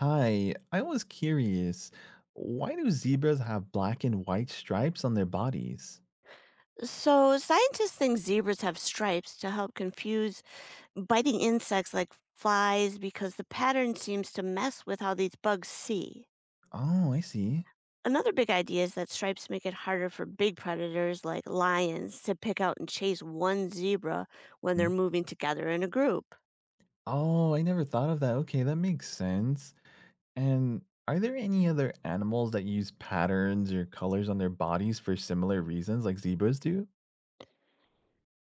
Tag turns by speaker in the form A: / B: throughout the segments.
A: Hi, I was curious. Why do zebras have black and white stripes on their bodies?
B: So, scientists think zebras have stripes to help confuse biting insects like flies because the pattern seems to mess with how these bugs see.
A: Oh, I see.
B: Another big idea is that stripes make it harder for big predators like lions to pick out and chase one zebra when they're
A: Hmm.
B: moving together in a group.
A: Oh, I never thought of that. Okay, that makes sense. And are there any other animals that use patterns or colors on their bodies for similar reasons like zebras do?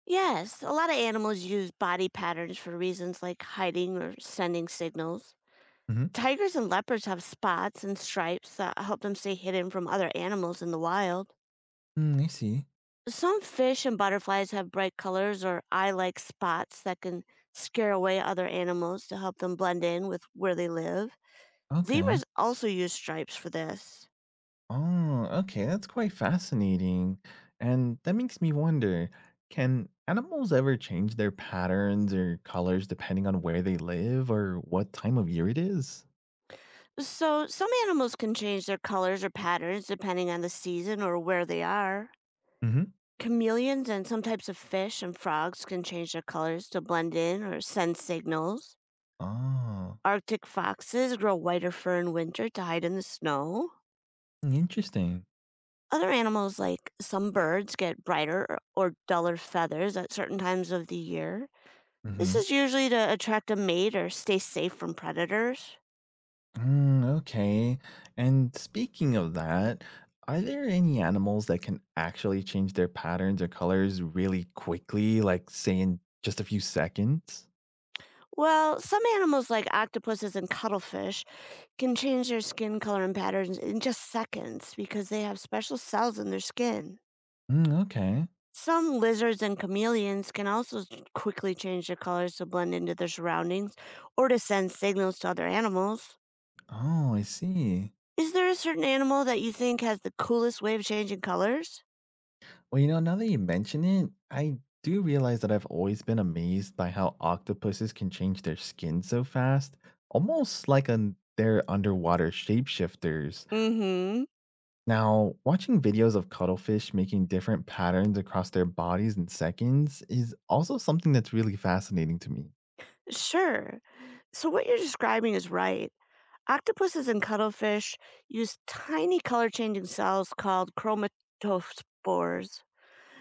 B: Yes, a lot of animals use body patterns for reasons like hiding or sending signals. Tigers and leopards have spots and stripes that help them stay hidden from other animals in the wild.
A: Mm-hmm. I see.
B: Some fish and butterflies have bright colors or eye like spots that can scare away other animals to help them blend in with where they live.
A: Okay.
B: Zebras also use stripes for this.
A: Oh, okay, that's quite fascinating. And that makes me wonder, can animals ever change their patterns or colors depending on where they live or what time of year it is?
B: So, some animals can change their colors or patterns depending on the season or where they are.
A: Hmm.
B: Chameleons and some types of fish and frogs can change their colors to blend in or send signals.
A: Oh,
B: Arctic foxes grow whiter fur in winter to hide in the snow.
A: interesting.
B: Other animals, like some birds, get brighter or duller feathers at certain times of the year. This
A: Mm-hmm.
B: is usually to attract a mate or stay safe from predators.
A: Mm, okay. And speaking of that, are there any animals that can actually change their patterns or colors really quickly, like say in just a few seconds?
B: Well, some animals, like octopuses and cuttlefish, can change their skin color and patterns in just seconds because they have special cells in their skin.
A: Mm, okay.
B: Some lizards and chameleons can also quickly change their colors to blend into their surroundings or to send signals to other animals.
A: Oh, I see.
B: Is there a certain animal that you think has the coolest way of changing colors?
A: Well, now that you mention it, I do realize that I've always been amazed by how octopuses can change their skin so fast, almost like they're underwater shapeshifters.
B: Mhm.
A: Now, watching videos of cuttlefish making different patterns across their bodies in seconds is also something that's really fascinating to me.
B: Sure. So, what you're describing is right. Octopuses and cuttlefish use tiny color changing cells called chromatophores.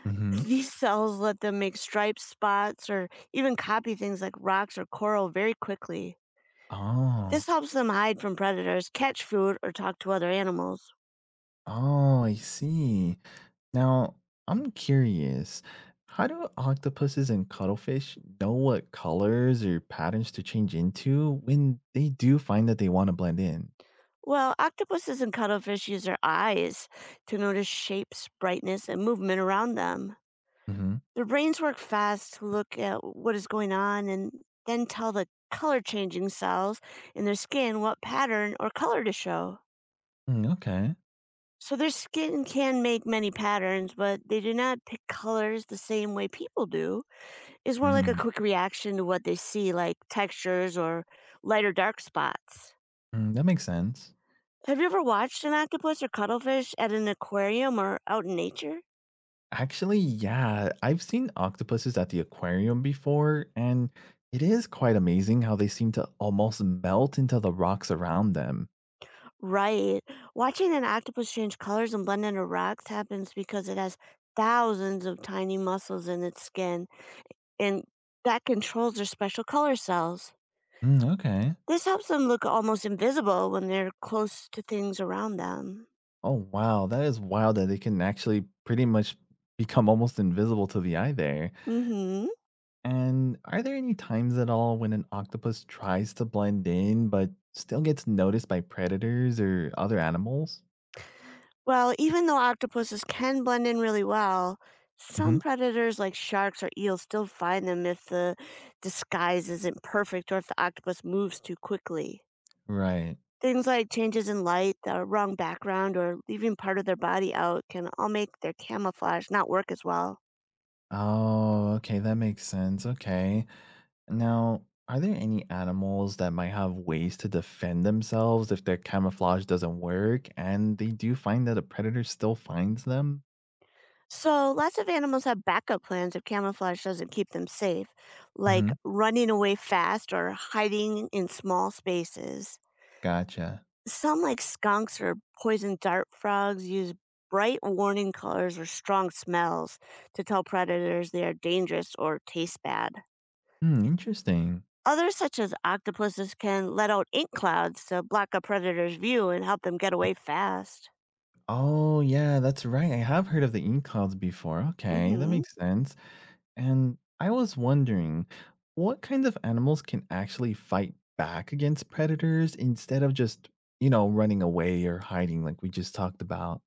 A: Hmm.
B: These cells let them make stripes, spots, or even copy things like rocks or coral very quickly. This
A: Oh,
B: helps them hide from predators, catch food, or talk to other animals.
A: oh, I see. Now, I'm curious, how do octopuses and cuttlefish know what colors or patterns to change into when they do find that they want to blend in?
B: Well, octopuses and cuttlefish use their eyes to notice shapes, brightness, and movement around them.
A: Hmm.
B: Their brains work fast to look at what is going on and then tell the color changing cells in their skin what pattern or color to show.
A: Mm, okay.
B: So their skin can make many patterns, but they do not pick colors the same way people do. It's more like a
A: Mm,
B: quick reaction to what they see, like textures or light or dark spots.
A: mm, that makes sense.
B: Have you ever watched an octopus or cuttlefish at an aquarium or out in nature?
A: Actually, yeah, I've seen octopuses at the aquarium before, and it is quite amazing how they seem to almost melt into the rocks around them.
B: Right. Watching an octopus change colors and blend into rocks happens because it has thousands of tiny muscles in its skin, and that controls their special color cells.
A: Mm, okay.
B: This helps them look almost invisible when they're close to things around them.
A: Oh, wow. That is wild that they can actually pretty much become almost invisible to the eye there.
B: Mm hmm.
A: And are there any times at all when an octopus tries to blend in but still gets noticed by predators or other animals?
B: Well, even though octopuses can blend in really well,
A: Hmm.
B: some predators like sharks or eels still find them if the disguise isn't perfect or if the octopus moves too quickly.
A: Right.
B: Things like changes in light, the wrong background, or leaving part of their body out can all make their camouflage not work as well.
A: Oh, okay, that makes sense. Okay. Now, are there any animals that might have ways to defend themselves if their camouflage doesn't work and they do find that a predator still finds them?
B: So, lots of animals have backup plans if camouflage doesn't keep them safe, like
A: Hmm.
B: running away fast or hiding in small spaces.
A: Gotcha.
B: Some, like skunks or poison dart frogs, use bright warning colors or strong smells to tell predators they are dangerous or taste bad.
A: Hmm, interesting.
B: Others, such as octopuses, can let out ink clouds to block a predator's view and help them get away fast.
A: Oh, yeah, that's right. I have heard of the ink clouds before. Okay, that
B: Hmm.
A: makes sense. And I was wondering, what kinds of animals can actually fight back against predators instead of just, running away or hiding like we just talked about?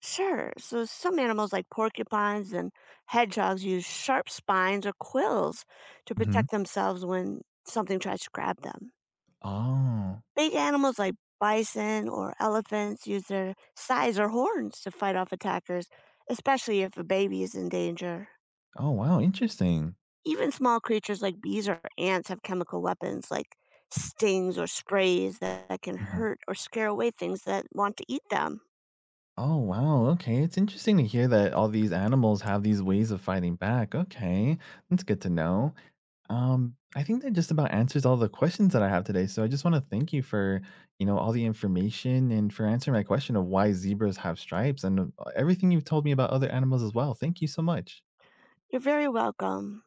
B: Sure. So some animals, like porcupines and hedgehogs, use sharp spines or quills to
A: Hmm.
B: protect themselves when something tries to grab them.
A: Oh,
B: Big animals like bison or elephants use their size or horns to fight off attackers, especially if a baby is in danger.
A: oh, wow. Interesting.
B: Even small creatures like bees or ants have chemical weapons like stings or sprays that can
A: Hmm.
B: hurt or scare away things that want to eat them.
A: Oh, wow. Okay. It's interesting to hear that all these animals have these ways of fighting back. Okay. That's good to know. I think that just about answers all the questions that I have today. So I just want to thank you for, all the information and for answering my question of why zebras have stripes and everything you've told me about other animals as well. Thank you so much.
B: You're very welcome.